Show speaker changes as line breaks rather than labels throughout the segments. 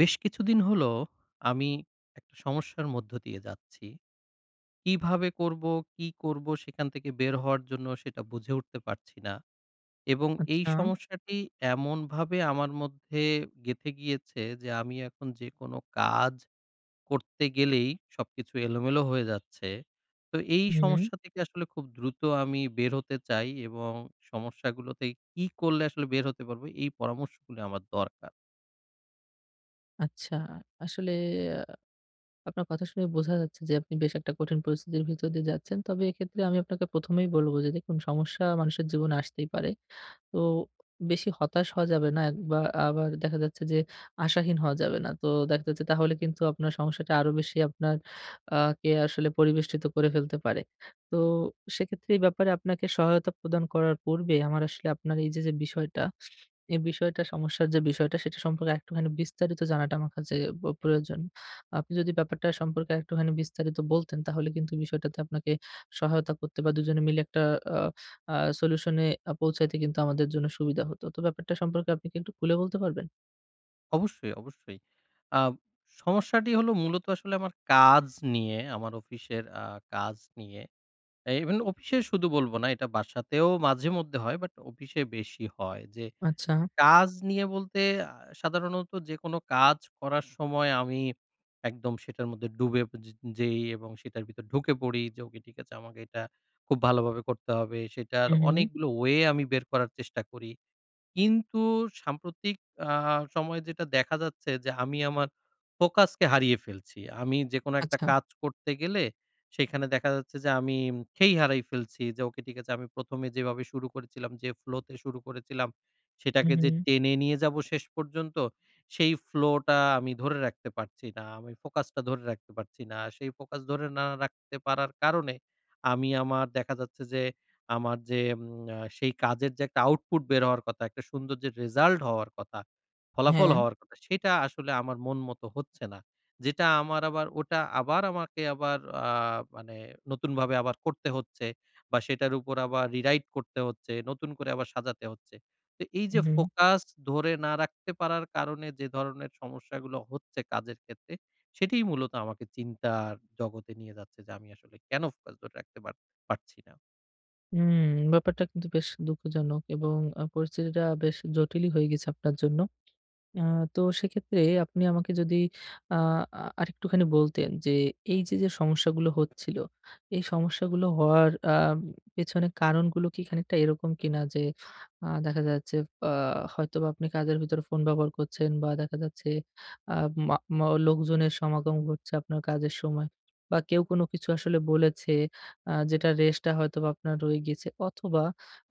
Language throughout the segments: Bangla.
বেশ কিছুদিন হলো আমি একটা সমস্যার মধ্য দিয়ে যাচ্ছি। কিভাবে করব, কি করব সেখান থেকে বের হওয়ার জন্য সেটা বুঝে উঠতে পারছি না। এবং এই
আচ্ছা,
সমস্যাটি এমনভাবে আমার মধ্যে গেঁথে গিয়েছে যে আমি এখন যেকোনো কাজ করতে গেলেই সবকিছু এলোমেলো হয়ে যাচ্ছে। তো এই
হুম,
সমস্যা থেকে আসলে খুব দ্রুত আমি বের হতে চাই, এবং সমস্যাগুলো থেকে কি করলে আসলে বের হতে পারবো এই পরামর্শগুলো আমার দরকার।
আচ্ছা। আসলে আ আপনার কথা শুনে বোঝা যাচ্ছে যে আপনি বেশ একটা কঠিন পরিস্থিতির ভিতর দিয়ে যাচ্ছেন। তবে এক্ষেত্রে আমি আপনাকে ১ম এই বলব যে দেখুন সমস্যা মানুষের জীবনে আসতেই পারে। তো বেশি হতাশ হওয়া যাবে না বা আবার দেখা যাচ্ছে যে আশাহীন হওয়া যাবে না। তো দেখা যাচ্ছে তাহলে কিন্তু আপনার সমস্যাটা আরো বেশি আপনার কে আসলে পরিবেষ্টিত করে ফেলতে পারে। তো সেক্ষেত্রে এই ব্যাপারে আপনাকে সহায়তা প্রদান করার পূর্বে আমার আসলে আপনার এই যে বিষয়টা, এই বিষয়টা সমস্যার যে বিষয়টা সেটা সম্পর্কে একটুখানি বিস্তারিত জানাটা আমার কাছে প্রয়োজন। আপনি যদি ব্যাপারটা সম্পর্কে একটুখানি বিস্তারিত বলতেন, তাহলে কিন্তু বিষয়টাতে আপনাকে সহায়তা করতে বা দুজনে মিলে একটা আ আ সলিউশন এ পৌঁছাইতে কিন্তু আমাদের জন্য সুবিধা হতো। তো ব্যাপারটা সম্পর্কে আপনি কি একটু খুলে বলতে পারবেন?
অবশ্যই, অবশ্যই। আ সমস্যাটি হলো মূলত আসলে আমার কাজ নিয়ে, আমার অফিসের কাজ নিয়ে। এ ইভেন অফিসে শুধু বলব না, এটা বাসাতেও মাঝেমধ্যে হয়, বাট অফিসে বেশি হয়। যে
আচ্ছা।
কাজ নিয়ে বলতে আ সাধারণত যেকোনো কাজ করার সময় আমি একদম সেটার মধ্যে ডুবে যে যেই এবং সেটার ভিতর ঢুকে পড়ি যে, "ওকে ঠিক আছে, আমাকে এটা খুব ভালোভাবে করতে হবে।" সেটার
হু, হু।
অনেকগুলো ওয়ে আমি বের করার চেষ্টা করি। কিন্তু সাম্প্রতিক আ সময়ে যেটা দেখা যাচ্ছে যে আমি আমার ফোকাসকে হারিয়ে ফেলছি। আমি যেকোনো একটা
আচ্ছা।
কাজ করতে গেলে সেখানে দেখা যাচ্ছে যে আমি খেই হারাই ফেলছি যে, ওকে ঠিক আছে, আমি ১ম এ যেভাবে শুরু করেছিলাম, যে ফ্লো তে শুরু করেছিলাম
হু,
সেটাকে
হু।
যে টেনে নিয়ে যাবো শেষ পর্যন্ত, সেই ফ্লো টা আমি ধরে রাখতে পারছি না। আমি ফোকাসটা ধরে রাখতে পারছি না। সেই ফোকাস ধরে না রাখতে পারার কারণে আমি আমার দেখা যাচ্ছে যে আমার যে সেই কাজের যে একটা আউটপুট বের হওয়ার কথা, একটা সুন্দর যে রেজাল্ট হওয়ার কথা, ফলাফল
হ্যাঁ।
হওয়ার কথা, সেটা আসলে আমার মন মতো হচ্ছে না। যেটা আমার আবার ওটা আবার আমাকে আবার আ মানে নতুনভাবে আবার করতে হচ্ছে, বা সেটার উপর আবার rewrite করতে হচ্ছে, নতুন করে আবার সাজাতে হচ্ছে। তো এই
হু,
যে
হু।
ফোকাস ধরে না রাখতে পারার কারণে যে ধরনের সমস্যাগুলো হচ্ছে কাজের ক্ষেত্রে, সেটিই মূলত আমাকে চিন্তার জগতে নিয়ে যাচ্ছে যে আমি আসলে কেন ফোকাস ধরে রাখতে পারছি না।
হুম, ব্যাপারটা কিন্তু বেশ দুঃখজনক এবং পরিস্থিতিটা বেশ জটিলই হয়ে গেছে আপনার জন্য। আ তো সেক্ষেত্রে আপনি আমাকে যদি আ আ আরেকটুখানি বলতেন যে এই যে সমস্যাগুলো হচ্ছিল, এই সমস্যাগুলো হওয়ার পেছনে কারণগুলো কি খানিকটা এরকম কিনা যে দেখা যাচ্ছে আ হয়তোবা আপনি কাজের ভিতরে ফোন ব্যবহার করছেন বা দেখা যাচ্ছে আ মা মা লোকজনের সমাগম ঘটছে আপনার কাজের সময় বা কেউ কোনো কিছু আসলে বলেছে যেটার রেশটা হয়তোবা আপনার রয়ে গেছে অথবা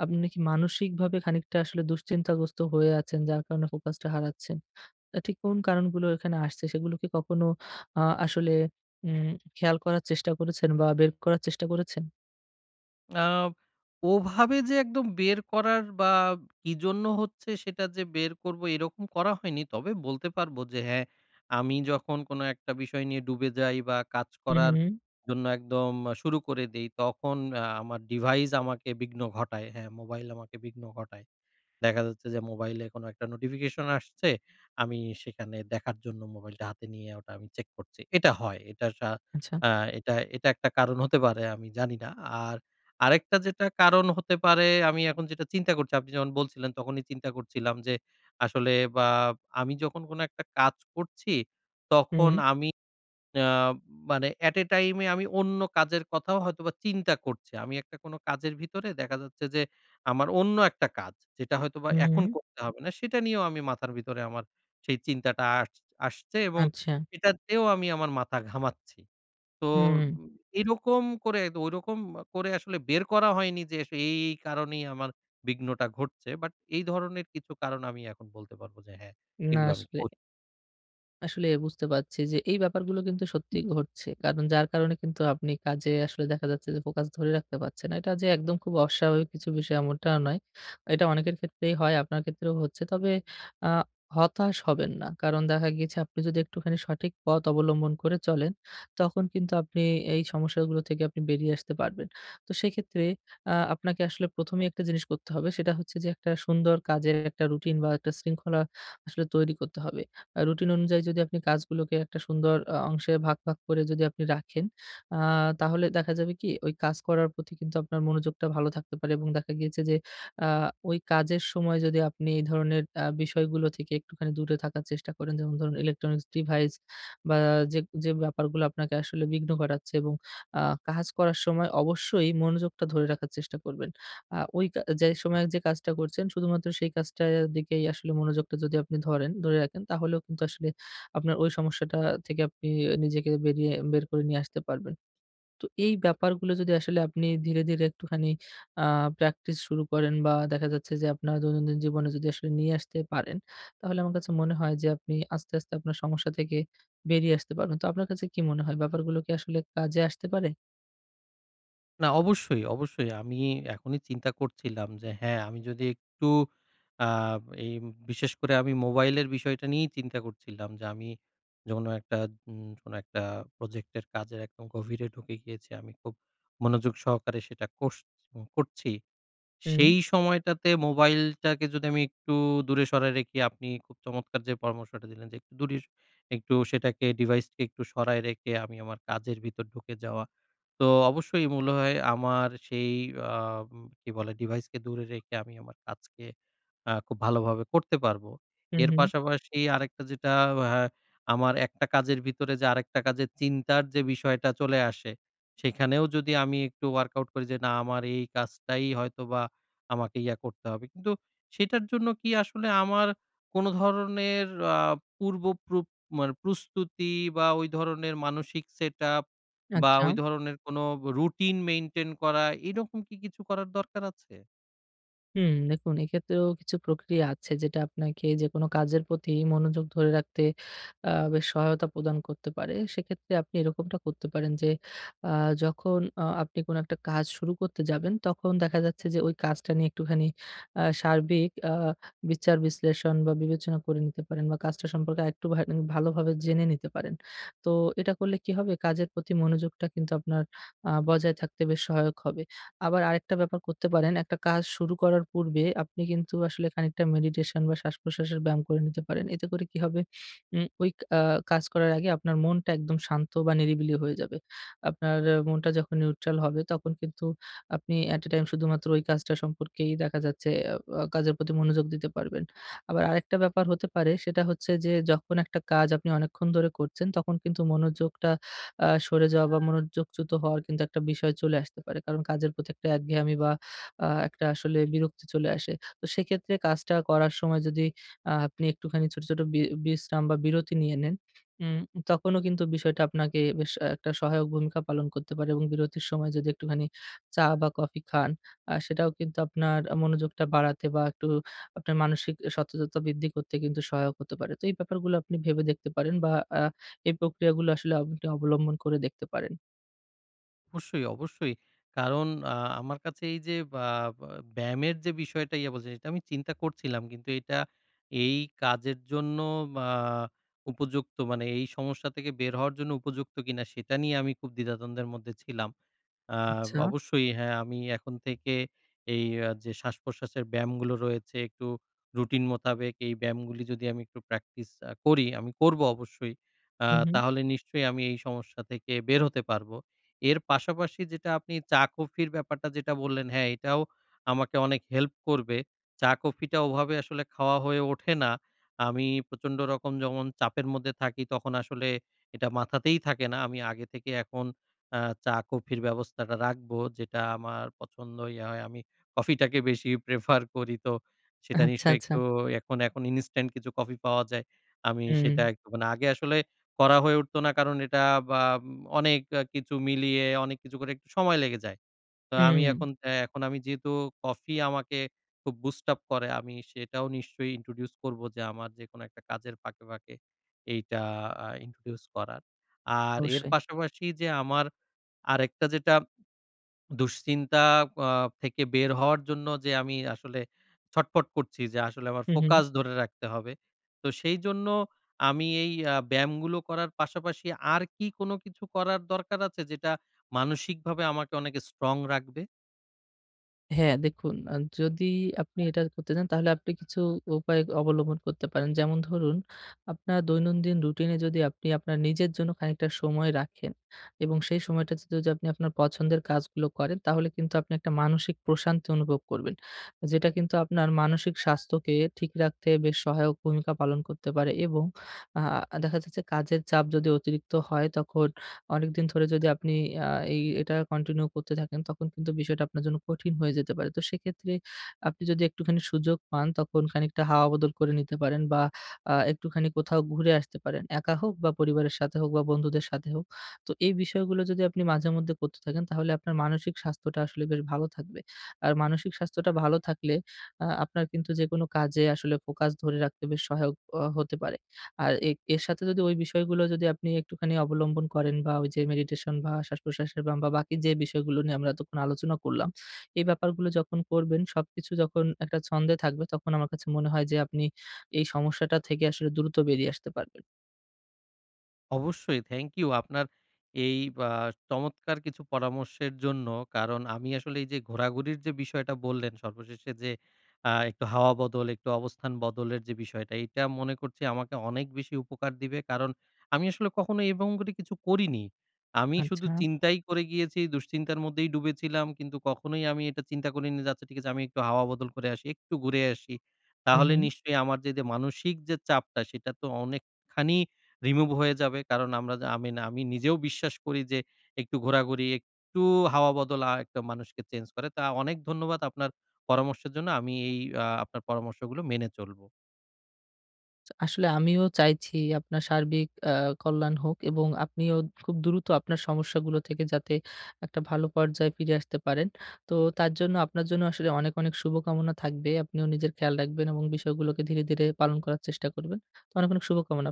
আপনি কি মানসিকভাবে খানিকটা আসলে দুশ্চিন্তাগ্রস্ত হয়ে আছেন, যার কারণে ফোকাসটা হারাচ্ছেন? ঠিক কোন কারণগুলো এখানে আসছে, সেগুলো কি কখনো আসলে উম খেয়াল করার চেষ্টা করেছেন বা বের করার চেষ্টা করেছেন?
আ ওভাবে যে একদম বের করার বা কি জন্য হচ্ছে সেটা যে বের করব এরকম করা হয়নি। তবে বলতে পারব যে হ্যাঁ, আমি যখন কোনো একটা বিষয় নিয়ে ডুবে যাই বা কাজ
হুম,
করার
হুম।
জন্য একদম শুরু করে দেই তখন আমার ডিভাইস আমাকে বিঘ্ন ঘটায়। হ্যাঁ, মোবাইল আমাকে বিঘ্ন ঘটায়। দেখা যাচ্ছে যে মোবাইলে কোনো একটা নোটিফিকেশন আসছে, আমি সেখানে দেখার জন্য মোবাইলটা হাতে নিয়ে ওটা আমি চেক করছি। এটা হয়। এটা সা
আচ্ছা।
আ এটা এটা একটা কারণ হতে পারে, আমি জানি না। আর আরেকটা যেটা কারণ হতে পারে, আমি এখন যেটা চিন্তা করছি, আপনি যখন বলছিলেন তখনই চিন্তা করছিলাম যে আসলে আমি যখন কোনো একটা কাজ করছি
হুম,
তখন আমি আ মানে এট a টাইম এ টাইমে আমি অন্য কাজের কথাও হয়তোবা চিন্তা করছি। আমি একটা কোনো কাজের ভিতরে দেখা যাচ্ছে যে আমার অন্য একটা কাজ যেটা হয়তোবা
হুম,
এখন
হুম।
করতে হবে না, সেটা নিয়েও আমি মাথার ভিতরে আমার সেই চিন্তাটা আসছে, এবং
আচ্ছা।
সেটাতেও আমি আমার মাথা ঘামাচ্ছি। তো
হুম।
উম, এরকম করে ঐরকম করে আসলে বের করা হয়নি যে আসলে এই কারণেই আমার বিঘ্নটা ঘটছে। বাট এই ধরনের কিছু কারণ আমি এখন বলতে পারব যে হ্যাঁ, এগুলো আমি
আসলে
করছি।
আসলে বুঝতে পারছি যে এই ব্যাপারগুলো কিন্তু সত্যিই ঘটছে। কারণ যার কারণে কিন্তু আপনি কাজে আসলে দেখা যাচ্ছে যে ফোকাস ধরে রাখতে পারছেন না। এটা যে একদম খুব অস্বাভাবিক কিছু বিষয় এমনটাও নয়। এটা অনেকের ক্ষেত্রেই হয়, আপনার ক্ষেত্রেও হচ্ছে। তবে আ হতাশ হবেন না। কারণ দেখা গিয়েছে আপনি যদি একটুখানি সঠিক পথ অবলম্বন করে চলেন, তখন কিন্তু আপনি এই সমস্যাগুলো থেকে আপনি বেরিয়ে আসতে পারবেন। তো সেক্ষেত্রে আপনাকে আসলে ১ম এই একটা জিনিস করতে হবে। সেটা হচ্ছে যে একটা সুন্দর কাজের একটা রুটিন বা একটা শৃঙ্খলা আসলে তৈরি করতে হবে। রুটিন অনুযায়ী যদি আপনি কাজগুলোকে একটা সুন্দর অংশে ভাগ, ভাগ করে যদি আপনি রাখেন, আ তাহলে দেখা যাবে কি ওই কাজ করার প্রতি কিন্তু আপনার মনোযোগটা ভালো থাকতে পারে এবং দেখা গিয়েছে যে আ ওই কাজের সময় যদি আপনি এই ধরনের বিষয়গুলো থেকে একটুখানি দূরে থাকার চেষ্টা করেন, যেমন ধরুন ইলেকট্রনিক্স ডিভাইস বা যে, যে ব্যাপারগুলো আপনাকে আসলে বিঘ্ন ঘটাচ্ছে এবং আ কাজ করার সময় অবশ্যই মনোযোগটা ধরে রাখার চেষ্টা করবেন। আ ওই কা যে সময়ে যে কাজটা করছেন শুধুমাত্র সেই কাজটার দিকেই আসলে মনোযোগটা যদি আপনি ধরেন, ধরে রাখেন তাহলেও কিন্তু আসলে আপনার ওই সমস্যাটা থেকে আপনি নিজেকে বেরিয়ে বের করে নিয়ে আসতে পারবেন। তো এই ব্যাপারগুলো যদি আসলে আপনি ধীরে, ধীরে একটুখানি আ প্র্যাকটিস শুরু করেন বা দেখা যাচ্ছে যে আপনার দৈনন্দিন জীবনে যদি আসলে নিয়ে আসতে পারেন, তাহলে আমার কাছে মনে হয় যে আপনি আস্তে, আস্তে আপনার সমস্যা থেকে বেরিয়ে আসতে পারবেন। তো আপনার কাছে কি মনে হয় ব্যাপারগুলো কি আসলে কাজে আসতে পারে?
না, অবশ্যই, অবশ্যই। আমি এখনই চিন্তা করছিলাম যে হ্যাঁ, আমি যদি একটু আ এই বিশেষ করে আমি মোবাইলের বিষয়টা নিয়েই চিন্তা করছিলাম যে আমি যখন একটা কোনো একটা প্রজেক্টের কাজের একদম গভীরে ঢুকে গিয়েছি। আমি খুব মনোযোগ সহকারে সেটা করছি।
হুম,
সেই সময়টাতে মোবাইলটাকে যদি আমি একটু দূরে সরায় রেখে, আপনি খুব চমৎকার যে পরামর্শটা দিলেন যে একটু একটু সেটাকে ডিভাইসকে একটু সরায় রেখে আমি আমার কাজের ভিতর ঢুকে যাওয়া। তো অবশ্যই মূল হয় আমার সেই আ কি বলে ডিভাইসকে দূরে রেখে আমি আমার কাজকে খুব ভালোভাবে করতে পারবো।
হুম,
এর
হুম।
পাশাপাশি আরেকটা যেটা, হ্যাঁ, আমার একটা কাজের ভিতরে যে আরেকটা কাজের চিন্তার যে বিষয়টা চলে আসে, সেখানেও যদি আমি একটু ওয়ার্কআউট করি যে না, আমার এই কাজটাই হয়তোবা আমাকে ইয়া করতে হবে। কিন্তু সেটার জন্য কি আসলে আমার কোন ধরনের আ পূর্ব প্রু মানে প্রস্তুতি বা ওই ধরনের মানসিক সেটআপ বা
আচ্ছা।
ওই ধরনের কোনো রুটিন মেইনটেইন করা, এরকম কি কিছু করার দরকার আছে?
হুম, দেখুন এক্ষেত্রেও কিছু প্রক্রিয়া আছে যেটা আপনাকে যেকোনো কাজের প্রতি মনোযোগ ধরে রাখতে বেশ সহায়তা প্রদান করতে পারে। সেক্ষেত্রে আপনি এরকমটা করতে পারেন যে আ যখন আপনি কোনো একটা কাজ শুরু করতে যাবেন তখন দেখা যাচ্ছে যে ওই কাজটা নিয়ে একটুখানি সার্বিক বিচার বিশ্লেষণ বা বিবেচনা করে নিতে পারেন বা কাজটা সম্পর্কে আরেকটু মানে ভালোভাবে জেনে নিতে পারেন। তো এটা করলে কি হবে কাজের প্রতি মনোযোগটা কিন্তু আপনার বজায় থাকতে বেশ সহায়ক হবে। আবার আরেকটা ব্যাপার করতে পারেন, একটা কাজ শুরু করার পূর্বে আপনি কিন্তু আসলে খানিকটা মেডিটেশন বা শ্বাস-প্রশ্বাসের ব্যায়াম করে নিতে পারেন। এতে করে কি হবে? ওই আ কাজ করার আগে আপনার মনটা একদম শান্ত বা নিরিবিলি হয়ে যাবে। আপনার মনটা যখন নিউট্রাল হবে তখন কিন্তু আপনি এ টাইম শুধুমাত্র ওই কাজটা সম্পর্কেই দেখা যাচ্ছে কাজের প্রতি মনোযোগ দিতে পারবেন। আবার আরেকটা ব্যাপার হতে পারে সেটা হচ্ছে যে, যখন একটা কাজ আপনি অনেকক্ষণ ধরে করছেন তখন কিন্তু মনোযোগটা সরে যাওয়া বা মনোযোগচ্যুত হওয়ার কিন্তু একটা বিষয় চলে আসতে পারে। কারণ কাজের প্রতি একটা একঘেয়ামি বা একটা আসলে বিরক্তি চলে আসে। তো সেক্ষেত্রে কাজটা করার সময় যদি আপনি একটুখানি ছোট, ছোট বিশ্রাম বা বিরতি নিয়ে নেন, উম তখনও কিন্তু বিষয়টা আপনাকে বেশ একটা সহায়ক ভূমিকা পালন করতে পারে এবং বিরতির সময় যদি একটুখানি চা বা কফি খান, সেটাও কিন্তু আপনার মনোযোগটা বাড়াতে বা একটু আপনার মানসিক সচেতনতা বৃদ্ধি করতে কিন্তু সহায়ক হতে পারে। তো এই ব্যাপারগুলো আপনি ভেবে দেখতে পারেন বা আ এই প্রক্রিয়াগুলো আসলে আপনি অবলম্বন করে দেখতে পারেন।
অবশ্যই, অবশ্যই। কারণ আ আমার কাছে এই যে বা বা ব্যায়ামের যে বিষয়টা ইয়া বলছেন, এটা আমি চিন্তা করছিলাম। কিন্তু এটা এই কাজের জন্য আ উপযুক্ত, মানে এই সমস্যা থেকে বের হওয়ার জন্য উপযুক্ত কিনা সেটা নিয়ে আমি খুব দ্বিধাদ্বন্দ্বের মধ্যে ছিলাম। আ
আচ্ছা।
অবশ্যই, হ্যাঁ, আমি এখন থেকে এই আ যে শ্বাস-প্রশ্বাসের ব্যায়ামগুলো রয়েছে, একটু রুটিন মোতাবেক এই ব্যায়ামগুলি যদি আমি একটু প্র্যাকটিস করি, আমি করব অবশ্যই। আ
হু, হু।
তাহলে নিশ্চয়ই আমি এই সমস্যা থেকে বের হতে পারবো। এর পাশাপাশি যেটা আপনি চা-কফির ব্যাপারটা যেটা বললেন, হ্যাঁ, এটাও আমাকে অনেক হেল্প করবে। চা-কফিটা ওভাবে আসলে খাওয়া হয়ে ওঠে না। আমি প্রচন্ড রকম যখন চাপের মধ্যে থাকি তখন আসলে এটা মাথাতেই থাকে না। আমি আগে থেকে এখন আ চা কফির ব্যবস্থাটা রাখবো যেটা আমার পছন্দ ইয়া হয়। আমি কফিটাকে বেশি প্রেফার করি। তো সেটা
আচ্ছা,
নিশ্চয়ই
আচ্ছা।
একটু এখন ইনস্ট্যান্ট কিছু কফি পাওয়া যায়। আমি
হুম,
সেটা একটু মানে আগে আসলে করা হয়ে উঠতো না, কারণ এটা অনেক কিছু মিলিয়ে অনেক কিছু করে একটু সময় লেগে যায়। তো আমি
হুম।
এখন, আমি যেহেতু কফি আমাকে খুব বুস্ট আপ করে, আমি সেটাও নিশ্চয়ই ইন্ট্রোডিউস করবো যে আমার যেকোনো একটা কাজের ফাঁকে, ফাঁকে এইটা ইন্ট্রোডিউস করার। আর এর
অবশ্যই।
পাশাপাশি যে আমার আরেকটা যেটা, দুশ্চিন্তা আ থেকে বের হওয়ার জন্য যে আমি আসলে ছটফট করছি যে আসলে আমার
হু, হু।
ফোকাস ধরে রাখতে হবে। তো সেইজন্য আমি এই আ ব্যায়ামগুলো করার পাশাপাশি আর কি কোনো কিছু করার দরকার আছে যেটা মানসিকভাবে আমাকে অনেক স্ট্রং রাখবে?
হ্যাঁ, দেখুন যদি আপনি এটা করতে চান তাহলে আপনি কিছু উপায় অবলম্বন করতে পারেন। যেমন ধরুন, আপনার দৈনন্দিন রুটিনে যদি আপনি আপনার নিজের জন্য খানিকটা সময় রাখেন এবং সেই সময়টাতে যদি আপনি আপনার পছন্দের কাজগুলো করেন তাহলে কিন্তু আপনি একটা মানসিক প্রশান্তি অনুভব করবেন। যেটা কিন্তু আপনার মানসিক স্বাস্থ্যকে ঠিক রাখতে বেশ সহায়ক ভূমিকা পালন করতে পারে এবং আ দেখা যাচ্ছে কাজের চাপ যদি অতিরিক্ত হয় তখন অনেকদিন ধরে যদি আপনি আ এই এটা কন্টিনিউ করতে থাকেন, তখন কিন্তু বিষয়টা আপনার জন্য কঠিন হয়ে যেতে পারে। তো সেক্ষেত্রে আপনি যদি একটুখানি সুযোগ পান, তখন খানিকটা হাওয়া বদল করে নিতে পারেন বা একটুখানি কোথাও ঘুরে আসতে পারেন। একা হোক বা পরিবারের সাথে হোক বা বন্ধুদের সাথে হোক। তো এই বিষয়গুলো যদি আপনি মাঝেমধ্যে করতে থাকেন, তাহলে আপনার মানসিক স্বাস্থ্যটা আসলে বেশ ভালো থাকবে। আর মানসিক স্বাস্থ্যটা ভালো থাকলে আপনার কিন্তু যেকোনো কাজে আসলে ফোকাস ধরে রাখতে বেশ সহায়ক হতে পারে। আর এর সাথে যদি ওই বিষয়গুলো যদি আপনি একটুখানি অবলম্বন করেন বা ওই যে মেডিটেশন বা শ্বাস-প্রশ্বাসের ব্যায়াম বা বাকি যে বিষয়গুলো নিয়ে আমরা এতক্ষণ আলোচনা করলাম, এই ব্যাপারগুলো যখন করবেন সবকিছু যখন একটা ছন্দে থাকবে তখন আমার কাছে মনে হয় যে আপনি এই সমস্যাটা থেকে আসলে দ্রুত বেরিয়ে আসতে পারবেন।
অবশ্যই। থ্যাংক ইউ আপনার এই বা চমৎকার কিছু পরামর্শের জন্য। কারণ আমি আসলে এই যে ঘোরাঘুরির যে বিষয়টা বললেন সর্বশেষে, যে একটু হাওয়া বদল, একটু অবস্থান বদলের যে বিষয়টা, এইটা মনে করছি আমাকে অনেক বেশি উপকার দিবে। কারণ আমি আসলে কখনো এবং করে কিছু করিনি। আমি শুধু
আচ্ছা।
চিন্তাই করে গিয়েছি, দুশ্চিন্তার মধ্যেই ডুবেছিলাম। কিন্তু কখনোই আমি এটা চিন্তা করিনি যে আচ্ছা, ঠিক আছে, আমি একটু হাওয়া বদল করে আসি, একটু ঘুরে আসি।
হু,
তাহলে
হু।
নিশ্চয়ই আমার যে মানসিক যে চাপটা সেটা তো অনেকখানি রিমুভ হয়ে যাবে। কারণ আমরা যা আমি না আমি নিজেও বিশ্বাস করি যে একটু ঘোরাঘুরি, একটু হাওয়া বদল একটা মানুষকে চেঞ্জ করে। তা অনেক ধন্যবাদ আপনার পরামর্শের জন্য। আমি এই আ আপনার পরামর্শগুলো মেনে চলব।
আসলে আমিও চাইছি আপনার সার্বিক কল্যাণ হোক এবং আপনিও খুব দ্রুত আপনার সমস্যাগুলো থেকে যাতে একটা ভালো পর্যায়ে ফিরে আসতে পারেন। তো তার জন্য আপনার জন্য আসলে অনেক, অনেক শুভকামনা থাকবে। আপনিও নিজের খেয়াল রাখবেন এবং বিষয়গুলোকে ধীরে, ধীরে পালন করার চেষ্টা করবেন। তো অনেক, অনেক শুভকামনা।